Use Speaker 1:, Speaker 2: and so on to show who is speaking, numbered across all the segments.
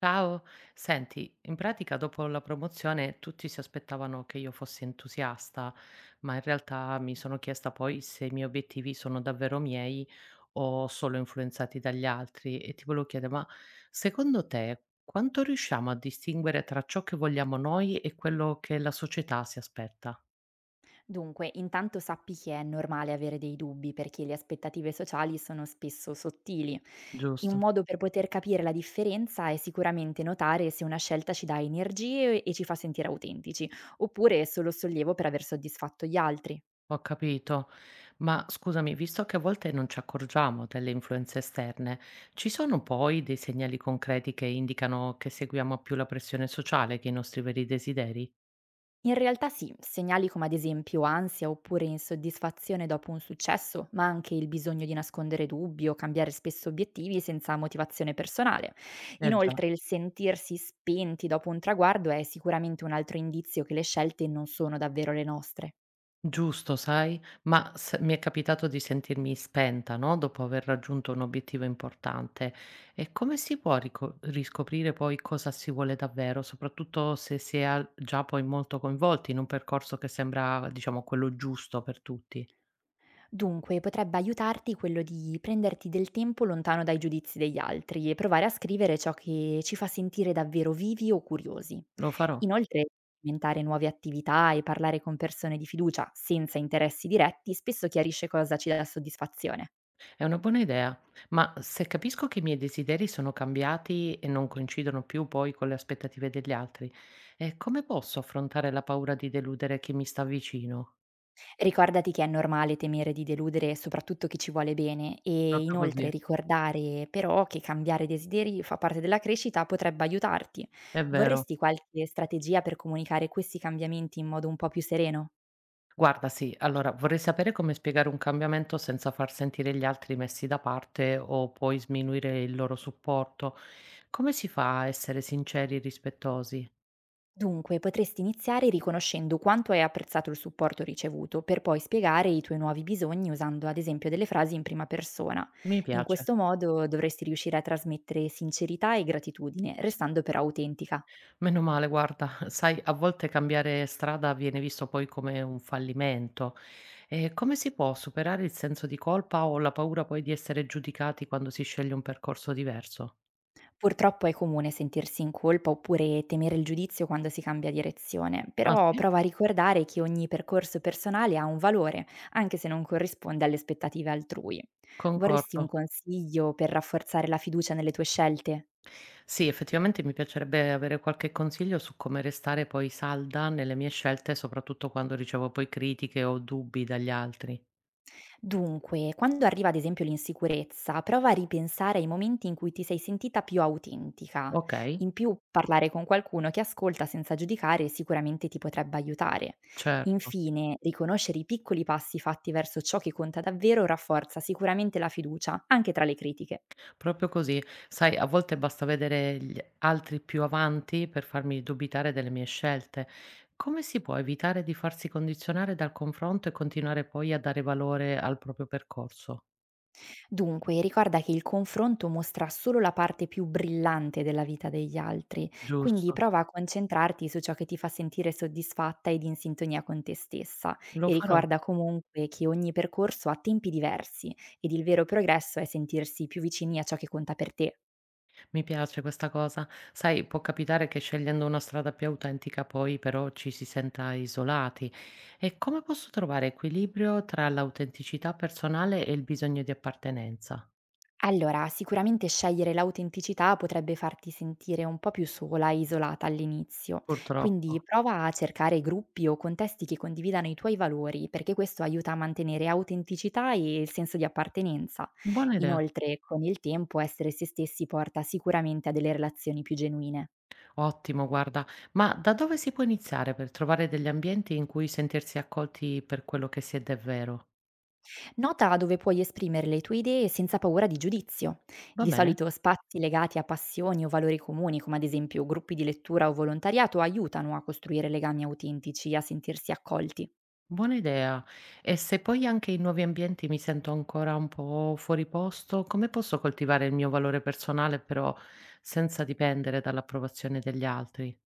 Speaker 1: Ciao, senti, in pratica dopo la promozione tutti si aspettavano che io fossi entusiasta, ma in realtà mi sono chiesta poi se i miei obiettivi sono davvero miei o solo influenzati dagli altri e ti volevo chiedere, ma secondo te quanto riusciamo a distinguere tra ciò che vogliamo noi e quello che la società si aspetta?
Speaker 2: Dunque, intanto sappi che è normale avere dei dubbi perché le aspettative sociali sono spesso sottili. Un
Speaker 1: Giusto?
Speaker 2: modo per poter capire la differenza è sicuramente notare se una scelta ci dà energie e ci fa sentire autentici, oppure è solo sollievo per aver soddisfatto gli altri.
Speaker 1: Ho capito, ma scusami, visto che a volte non ci accorgiamo delle influenze esterne, ci sono poi dei segnali concreti che indicano che seguiamo più la pressione sociale che i nostri veri desideri?
Speaker 2: In realtà sì, segnali come ad esempio ansia oppure insoddisfazione dopo un successo, ma anche il bisogno di nascondere dubbi o cambiare spesso obiettivi senza motivazione personale.
Speaker 1: Eh già.
Speaker 2: Inoltre, il sentirsi spenti dopo un traguardo è sicuramente un altro indizio che le scelte non sono davvero le nostre.
Speaker 1: Giusto, sai, mi è capitato di sentirmi spenta, no? Dopo aver raggiunto un obiettivo importante. E come si può riscoprire poi cosa si vuole davvero, soprattutto se si è già poi molto coinvolti in un percorso che sembra, diciamo, quello giusto per tutti?
Speaker 2: Dunque, potrebbe aiutarti quello di prenderti del tempo lontano dai giudizi degli altri e provare a scrivere ciò che ci fa sentire davvero vivi o curiosi.
Speaker 1: Lo farò.
Speaker 2: Inoltre, inventare nuove attività e parlare con persone di fiducia senza interessi diretti spesso chiarisce cosa ci dà soddisfazione.
Speaker 1: È una buona idea, ma se capisco che i miei desideri sono cambiati e non coincidono più poi con le aspettative degli altri, come posso affrontare la paura di deludere chi mi sta vicino?
Speaker 2: Ricordati che è normale temere di deludere soprattutto chi ci vuole bene, e
Speaker 1: Proprio
Speaker 2: inoltre
Speaker 1: così,
Speaker 2: ricordare però che cambiare desideri fa parte della crescita potrebbe aiutarti.
Speaker 1: è vero.
Speaker 2: Vorresti qualche strategia per comunicare questi cambiamenti in modo un po' più sereno?
Speaker 1: Guarda, sì, allora vorrei sapere come spiegare un cambiamento senza far sentire gli altri messi da parte o poi sminuire il loro supporto. Come si fa a essere sinceri e rispettosi?
Speaker 2: Dunque, potresti iniziare riconoscendo quanto hai apprezzato il supporto ricevuto, per poi spiegare i tuoi nuovi bisogni usando ad esempio delle frasi in prima persona.
Speaker 1: Mi
Speaker 2: In
Speaker 1: piace.
Speaker 2: questo modo dovresti riuscire a trasmettere sincerità e gratitudine, restando però autentica.
Speaker 1: Meno male, guarda, sai, a volte cambiare strada viene visto poi come un fallimento. E come si può superare il senso di colpa o la paura poi di essere giudicati quando si sceglie un percorso diverso?
Speaker 2: Purtroppo è comune sentirsi in colpa oppure temere il giudizio quando si cambia direzione,
Speaker 1: Ah,
Speaker 2: però
Speaker 1: sì?
Speaker 2: prova a ricordare che ogni percorso personale ha un valore, anche se non corrisponde alle aspettative altrui. Vorresti
Speaker 1: Concordo.
Speaker 2: un consiglio per rafforzare la fiducia nelle tue scelte?
Speaker 1: Sì, effettivamente mi piacerebbe avere qualche consiglio su come restare poi salda nelle mie scelte, soprattutto quando ricevo poi critiche o dubbi dagli altri.
Speaker 2: Dunque, quando arriva ad esempio l'insicurezza, prova a ripensare ai momenti in cui ti sei sentita più autentica.
Speaker 1: Ok,
Speaker 2: In più, parlare con qualcuno che ascolta senza giudicare sicuramente ti potrebbe aiutare.
Speaker 1: certo.
Speaker 2: Infine, riconoscere i piccoli passi fatti verso ciò che conta davvero rafforza sicuramente la fiducia, anche tra le critiche.
Speaker 1: Proprio così. Sai, a volte basta vedere gli altri più avanti per farmi dubitare delle mie scelte. Come si può evitare di farsi condizionare dal confronto e continuare poi a dare valore al proprio percorso?
Speaker 2: Dunque, ricorda che il confronto mostra solo la parte più brillante della vita degli altri, quindi
Speaker 1: Giusto,
Speaker 2: prova a concentrarti su ciò che ti fa sentire soddisfatta ed in sintonia con te stessa,
Speaker 1: lo
Speaker 2: e
Speaker 1: farò.
Speaker 2: ricorda comunque che ogni percorso ha tempi diversi ed il vero progresso è sentirsi più vicini a ciò che conta per te.
Speaker 1: Mi piace questa cosa. Sai, può capitare che scegliendo una strada più autentica poi però ci si senta isolati. E come posso trovare equilibrio tra l'autenticità personale e il bisogno di appartenenza?
Speaker 2: Allora, sicuramente scegliere l'autenticità potrebbe farti sentire un po' più sola, isolata all'inizio,
Speaker 1: Purtroppo.
Speaker 2: quindi prova a cercare gruppi o contesti che condividano i tuoi valori, perché questo aiuta a mantenere autenticità e il senso di appartenenza.
Speaker 1: Buona idea.
Speaker 2: Inoltre, con il tempo, essere se stessi porta sicuramente a delle relazioni più genuine.
Speaker 1: Ottimo, guarda. Ma da dove si può iniziare per trovare degli ambienti in cui sentirsi accolti per quello che si è davvero?
Speaker 2: Nota dove puoi esprimere le tue idee senza paura di giudizio.
Speaker 1: Va
Speaker 2: Di
Speaker 1: bene?
Speaker 2: solito spazi legati a passioni o valori comuni, come ad esempio gruppi di lettura o volontariato, aiutano a costruire legami autentici e a sentirsi accolti.
Speaker 1: Buona idea. E se poi anche in nuovi ambienti mi sento ancora un po' fuori posto, come posso coltivare il mio valore personale però senza dipendere dall'approvazione degli altri?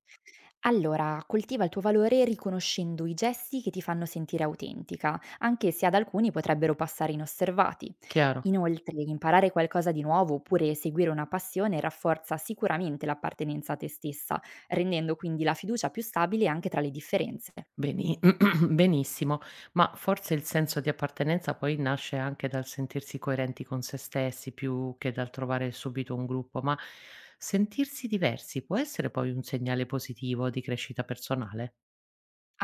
Speaker 2: Allora, coltiva il tuo valore riconoscendo i gesti che ti fanno sentire autentica, anche se ad alcuni potrebbero passare inosservati.
Speaker 1: Chiaro?
Speaker 2: Inoltre, imparare qualcosa di nuovo oppure seguire una passione rafforza sicuramente l'appartenenza a te stessa, rendendo quindi la fiducia più stabile anche tra le differenze.
Speaker 1: Beni benissimo, ma forse il senso di appartenenza poi nasce anche dal sentirsi coerenti con se stessi più che dal trovare subito un gruppo, ma sentirsi diversi può essere poi un segnale positivo di crescita personale?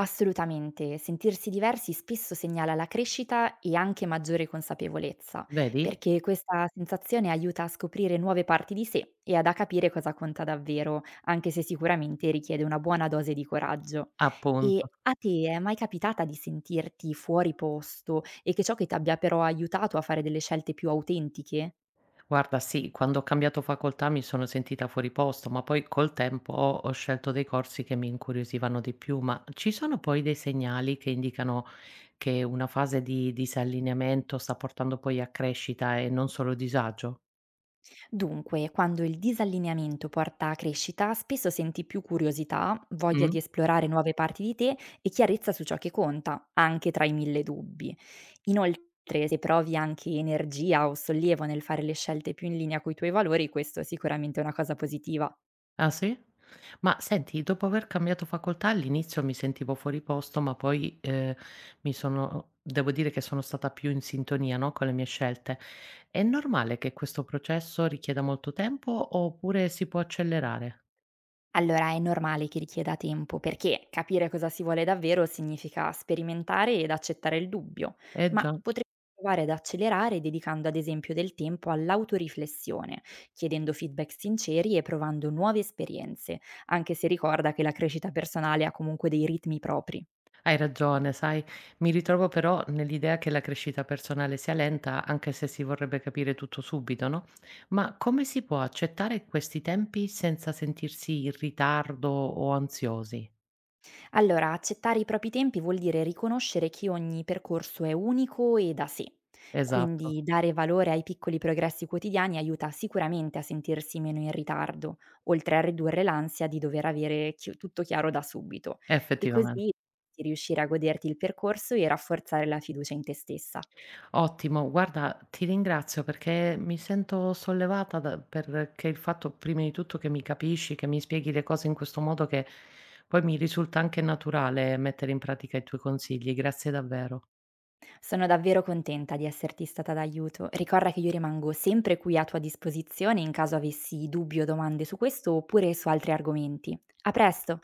Speaker 2: Assolutamente, sentirsi diversi spesso segnala la crescita e anche maggiore consapevolezza,
Speaker 1: Vedi?
Speaker 2: perché questa sensazione aiuta a scoprire nuove parti di sé e ad a capire cosa conta davvero, anche se sicuramente richiede una buona dose di coraggio.
Speaker 1: Appunto.
Speaker 2: E a te è mai capitata di sentirti fuori posto e che ciò che ti abbia però aiutato a fare delle scelte più autentiche?
Speaker 1: Guarda, sì, quando ho cambiato facoltà mi sono sentita fuori posto, ma poi col tempo ho scelto dei corsi che mi incuriosivano di più, ma ci sono poi dei segnali che indicano che una fase di disallineamento sta portando poi a crescita e non solo disagio?
Speaker 2: Dunque, quando il disallineamento porta a crescita, spesso senti più curiosità, voglia di
Speaker 1: Mm?
Speaker 2: esplorare nuove parti di te e chiarezza su ciò che conta, anche tra i mille dubbi. Inoltre, se provi anche energia o sollievo nel fare le scelte più in linea coi tuoi valori, questo è sicuramente una cosa positiva.
Speaker 1: Ah sì? Ma senti, dopo aver cambiato facoltà all'inizio mi sentivo fuori posto, ma poi, mi sono devo dire che sono stata più in sintonia, no, con le mie scelte. È normale che questo processo richieda molto tempo oppure si può accelerare?
Speaker 2: Allora, è normale che richieda tempo, perché capire cosa si vuole davvero significa sperimentare ed accettare il dubbio,
Speaker 1: Eh
Speaker 2: ma
Speaker 1: già,
Speaker 2: potremmo provare ad accelerare dedicando ad esempio del tempo all'autoriflessione, chiedendo feedback sinceri e provando nuove esperienze, anche se ricorda che la crescita personale ha comunque dei ritmi propri.
Speaker 1: hai ragione, sai, mi ritrovo però nell'idea che la crescita personale sia lenta, anche se si vorrebbe capire tutto subito, no, ma come si può accettare questi tempi senza sentirsi in ritardo o ansiosi?
Speaker 2: Allora, accettare i propri tempi vuol dire riconoscere che ogni percorso è unico e da sé.
Speaker 1: Esatto.
Speaker 2: Quindi dare valore ai piccoli progressi quotidiani aiuta sicuramente a sentirsi meno in ritardo, oltre a ridurre l'ansia di dover avere tutto chiaro da subito. E così
Speaker 1: Effettivamen
Speaker 2: di riuscire a goderti il percorso e rafforzare la fiducia in te stessa.
Speaker 1: ottimo, guarda, ti ringrazio, perché mi sento sollevata, da perché il fatto prima di tutto che mi capisci, che mi spieghi le cose in questo modo che poi mi risulta anche naturale mettere in pratica i tuoi consigli. Grazie davvero.
Speaker 2: Sono davvero contenta di esserti stata d'aiuto. Ricorda che io rimango sempre qui a tua disposizione in caso avessi dubbi o domande su questo oppure su altri argomenti. A presto!